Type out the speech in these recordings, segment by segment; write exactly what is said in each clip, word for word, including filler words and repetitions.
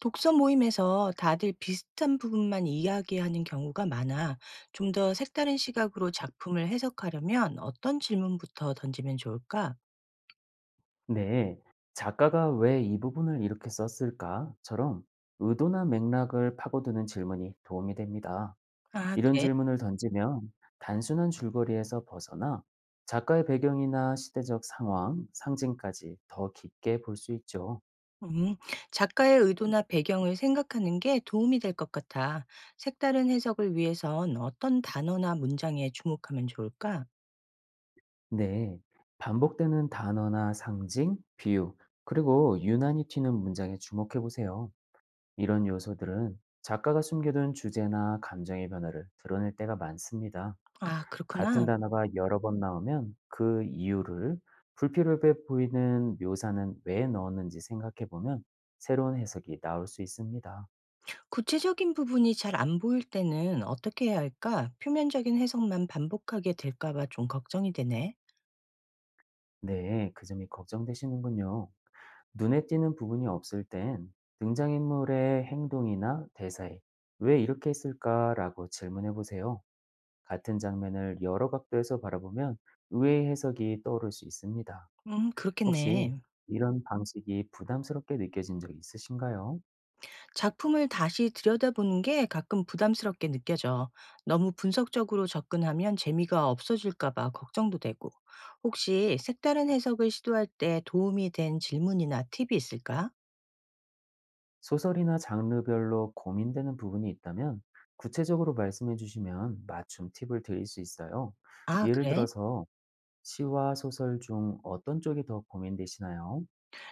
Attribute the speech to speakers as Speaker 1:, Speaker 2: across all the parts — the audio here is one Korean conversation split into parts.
Speaker 1: 독서 모임에서 다들 비슷한 부분만 이야기하는 경우가 많아. 좀 더 색다른 시각으로 작품을 해석하려면 어떤 질문부터 던지면 좋을까?
Speaker 2: 네, 작가가 왜 이 부분을 이렇게 썼을까?처럼 의도나 맥락을 파고드는 질문이 도움이 됩니다.
Speaker 1: 아,
Speaker 2: 이런
Speaker 1: 그래.
Speaker 2: 질문을 던지면 단순한 줄거리에서 벗어나 작가의 배경이나 시대적 상황, 상징까지 더 깊게 볼 수 있죠.
Speaker 1: 음, 작가의 의도나 배경을 생각하는 게 도움이 될 것 같아. 색다른 해석을 위해선 어떤 단어나 문장에 주목하면 좋을까?
Speaker 2: 네, 반복되는 단어나 상징, 비유, 그리고 유난히 튀는 문장에 주목해 보세요. 이런 요소들은 작가가 숨겨둔 주제나 감정의 변화를 드러낼 때가 많습니다.
Speaker 1: 아,
Speaker 2: 같은
Speaker 1: 그렇구나.
Speaker 2: 단어가 여러 번 나오면 그 이유를, 불필요해 보이는 묘사는 왜 넣었는지 생각해 보면 새로운 해석이 나올 수 있습니다.
Speaker 1: 구체적인 부분이 잘 안 보일 때는 어떻게 해야 할까? 표면적인 해석만 반복하게 될까 봐 좀 걱정이 되네.
Speaker 2: 네, 그 점이 걱정되시는군요. 눈에 띄는 부분이 없을 땐 등장인물의 행동이나 대사에 왜 이렇게 했을까라고 질문해 보세요. 같은 장면을 여러 각도에서 바라보면 의외의 해석이 떠오를 수 있습니다.
Speaker 1: 음,
Speaker 2: 혹시
Speaker 1: 그렇겠네.
Speaker 2: 이런 방식이 부담스럽게 느껴진 적 있으신가요?
Speaker 1: 작품을 다시 들여다보는 게 가끔 부담스럽게 느껴져. 너무 분석적으로 접근하면 재미가 없어질까봐 걱정도 되고. 혹시 색다른 해석을 시도할 때 도움이 된 질문이나 팁이 있을까?
Speaker 2: 소설이나 장르별로 고민되는 부분이 있다면 구체적으로 말씀해 주시면 맞춤 팁을 드릴 수 있어요.
Speaker 1: 아,
Speaker 2: 예를
Speaker 1: 그래?
Speaker 2: 들어서 시와 소설 중 어떤 쪽이 더 고민되시나요?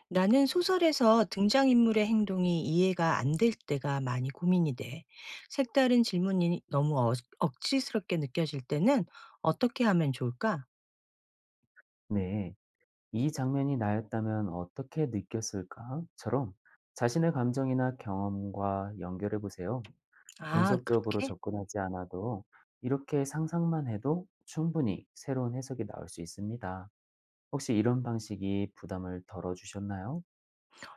Speaker 1: 나는 소설에서 등장인물의 행동이 이해가 안 될 때가 많이 고민이 돼. 색다른 질문이 너무 어- 억지스럽게 느껴질 때는 어떻게 하면 좋을까?
Speaker 2: 네. 이 장면이 나였다면 어떻게 느꼈을까?처럼 자신의 감정이나 경험과 연결해 보세요.
Speaker 1: 아,
Speaker 2: 분석적으로
Speaker 1: 그렇게?
Speaker 2: 접근하지 않아도 이렇게 상상만 해도 충분히 새로운 해석이 나올 수 있습니다. 혹시 이런 방식이 부담을 덜어주셨나요?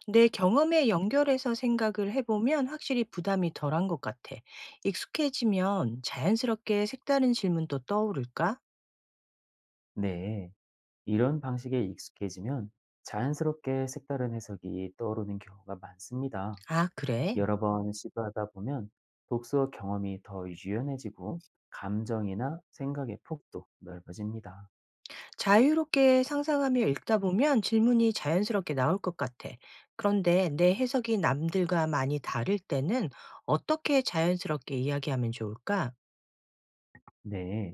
Speaker 1: 내 경험에 연결해서 생각을 해보면 확실히 부담이 덜한 것 같아. 익숙해지면 자연스럽게 색다른 질문도 떠오를까?
Speaker 2: 네. 이런 방식에 익숙해지면 자연스럽게 색다른 해석이 떠오르는 경우가 많습니다.
Speaker 1: 아, 그래.
Speaker 2: 여러 번 시도하다 보면 독서 경험이 더 유연해지고 감정이나 생각의 폭도 넓어집니다.
Speaker 1: 자유롭게 상상하며 읽다 보면 질문이 자연스럽게 나올 것 같아. 그런데 내 해석이 남들과 많이 다를 때는 어떻게 자연스럽게 이야기하면 좋을까?
Speaker 2: 네.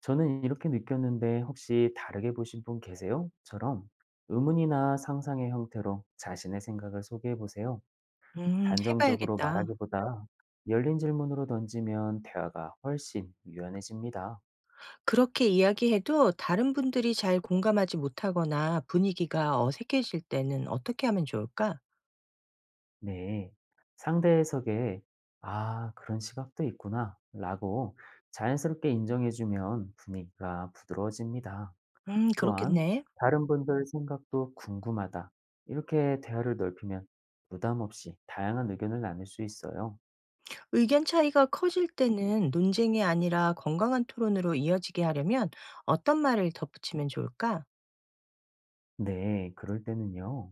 Speaker 2: 저는 이렇게 느꼈는데 혹시 다르게 보신 분 계세요? 처럼 의문이나 상상의 형태로 자신의 생각을 소개해 보세요.
Speaker 1: 음,
Speaker 2: 단정적으로
Speaker 1: 해봐야겠다.
Speaker 2: 말하기보다 열린 질문으로 던지면 대화가 훨씬 유연해집니다.
Speaker 1: 그렇게 이야기해도 다른 분들이 잘 공감하지 못하거나 분위기가 어색해질 때는 어떻게 하면 좋을까?
Speaker 2: 네, 상대 해석에 아, 그런 시각도 있구나 라고 자연스럽게 인정해주면 분위기가 부드러워집니다.
Speaker 1: 음,
Speaker 2: 또한
Speaker 1: 그렇겠네.
Speaker 2: 다른 분들 생각도 궁금하다, 이렇게 대화를 넓히면 부담 없이 다양한 의견을 나눌 수 있어요.
Speaker 1: 의견 차이가 커질 때는 논쟁이 아니라 건강한 토론으로 이어지게 하려면 어떤 말을 덧붙이면 좋을까?
Speaker 2: 네, 그럴 때는요.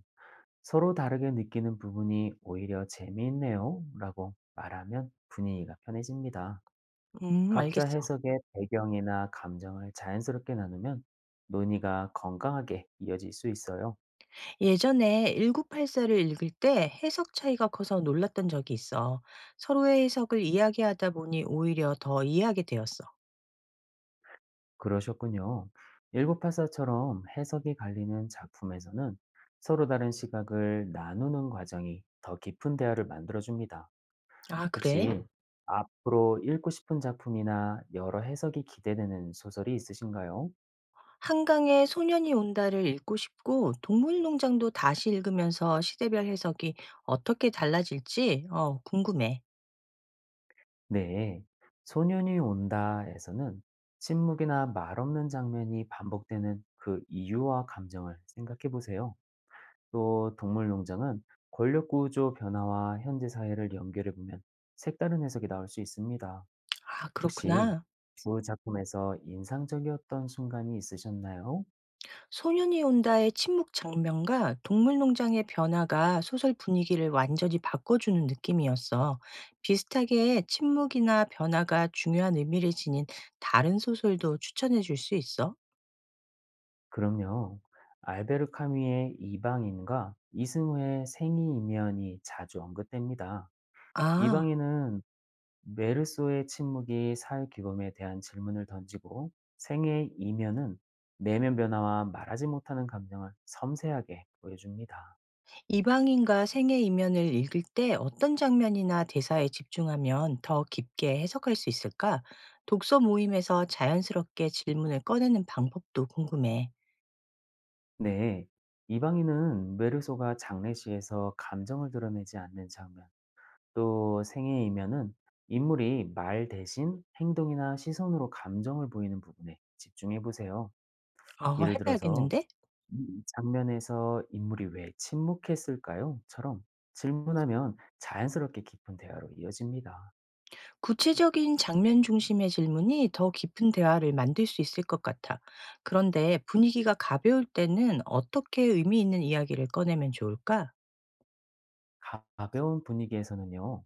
Speaker 2: 서로 다르게 느끼는 부분이 오히려 재미있네요 라고 말하면 분위기가 편해집니다.
Speaker 1: 음,
Speaker 2: 각자
Speaker 1: 알겠어.
Speaker 2: 해석의 배경이나 감정을 자연스럽게 나누면 논의가 건강하게 이어질 수 있어요.
Speaker 1: 예전에 천구백팔십사를 읽을 때 해석 차이가 커서 놀랐던 적이 있어. 서로의 해석을 이야기하다 보니 오히려 더 이해하게 되었어.
Speaker 2: 그러셨군요. 천구백팔십사처럼 해석이 갈리는 작품에서는 서로 다른 시각을 나누는 과정이 더 깊은 대화를 만들어줍니다.
Speaker 1: 아,
Speaker 2: 혹시
Speaker 1: 그래?
Speaker 2: 음. 앞으로 읽고 싶은 작품이나 여러 해석이 기대되는 소설이 있으신가요?
Speaker 1: 한강에 소년이 온다를 읽고 싶고 동물농장도 다시 읽으면서 시대별 해석이 어떻게 달라질지 어, 궁금해.
Speaker 2: 네, 소년이 온다에서는 침묵이나 말없는 장면이 반복되는 그 이유와 감정을 생각해 보세요. 또 동물농장은 권력 구조 변화와 현재 사회를 연결해 보면 색다른 해석이 나올 수 있습니다.
Speaker 1: 아,
Speaker 2: 혹시
Speaker 1: 그렇구나.
Speaker 2: 두 작품에서 인상적이었던 순간이 있으셨나요?
Speaker 1: 소년이 온다의 침묵 장면과 동물농장의 변화가 소설 분위기를 완전히 바꿔주는 느낌이었어. 비슷하게 침묵이나 변화가 중요한 의미를 지닌 다른 소설도 추천해 줄 수 있어?
Speaker 2: 그럼요. 알베르 카뮈의 이방인과 이승우의 생이이면이 자주 언급됩니다.
Speaker 1: 아,
Speaker 2: 이방인은 메르소의 침묵이 사회규범에 대한 질문을 던지고, 생의 이면은 내면 변화와 말하지 못하는 감정을 섬세하게 보여줍니다.
Speaker 1: 이방인과 생의 이면을 읽을 때 어떤 장면이나 대사에 집중하면 더 깊게 해석할 수 있을까? 독서 모임에서 자연스럽게 질문을 꺼내는 방법도 궁금해.
Speaker 2: 네, 이방인은 메르소가 장례시에서 감정을 드러내지 않는 장면, 또 생의 이면은 인물이 말 대신 행동이나 시선으로 감정을 보이는 부분에 집중해 보세요.
Speaker 1: 어,
Speaker 2: 예를 들어서
Speaker 1: 해봐야겠는데?
Speaker 2: "이 장면에서 인물이 왜 침묵했을까요?"처럼 질문하면 자연스럽게 깊은 대화로 이어집니다.
Speaker 1: 구체적인 장면 중심의 질문이 더 깊은 대화를 만들 수 있을 것 같아. 그런데 분위기가 가벼울 때는 어떻게 의미 있는 이야기를 꺼내면 좋을까?
Speaker 2: 가- 가벼운 분위기에서는요.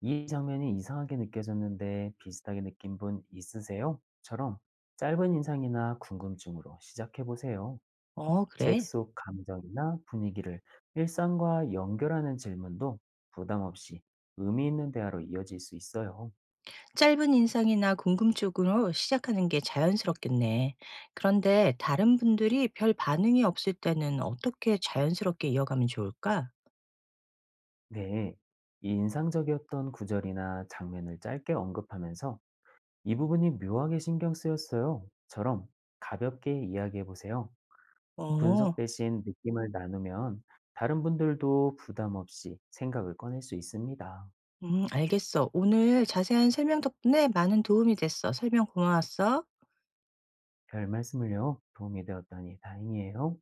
Speaker 2: "이 장면이 이상하게 느껴졌는데 비슷하게 느낀 분 있으세요?"처럼 짧은 인상이나 궁금증으로 시작해 보세요.
Speaker 1: 어,
Speaker 2: 책
Speaker 1: 그래.
Speaker 2: 속 감정이나 분위기를 일상과 연결하는 질문도 부담 없이 의미 있는 대화로 이어질 수 있어요.
Speaker 1: 짧은 인상이나 궁금증으로 시작하는 게 자연스럽겠네. 그런데 다른 분들이 별 반응이 없을 때는 어떻게 자연스럽게 이어가면 좋을까?
Speaker 2: 네, 이 인상적이었던 구절이나 장면을 짧게 언급하면서 이 부분이 묘하게 신경 쓰였어요. 처럼 가볍게 이야기해 보세요. 분석
Speaker 1: 어,
Speaker 2: 대신 느낌을 나누면 다른 분들도 부담 없이 생각을 꺼낼 수 있습니다.
Speaker 1: 음, 알겠어. 오늘 자세한 설명 덕분에 많은 도움이 됐어. 설명 고마웠어.
Speaker 2: 별 말씀을요. 도움이 되었다니 다행이에요.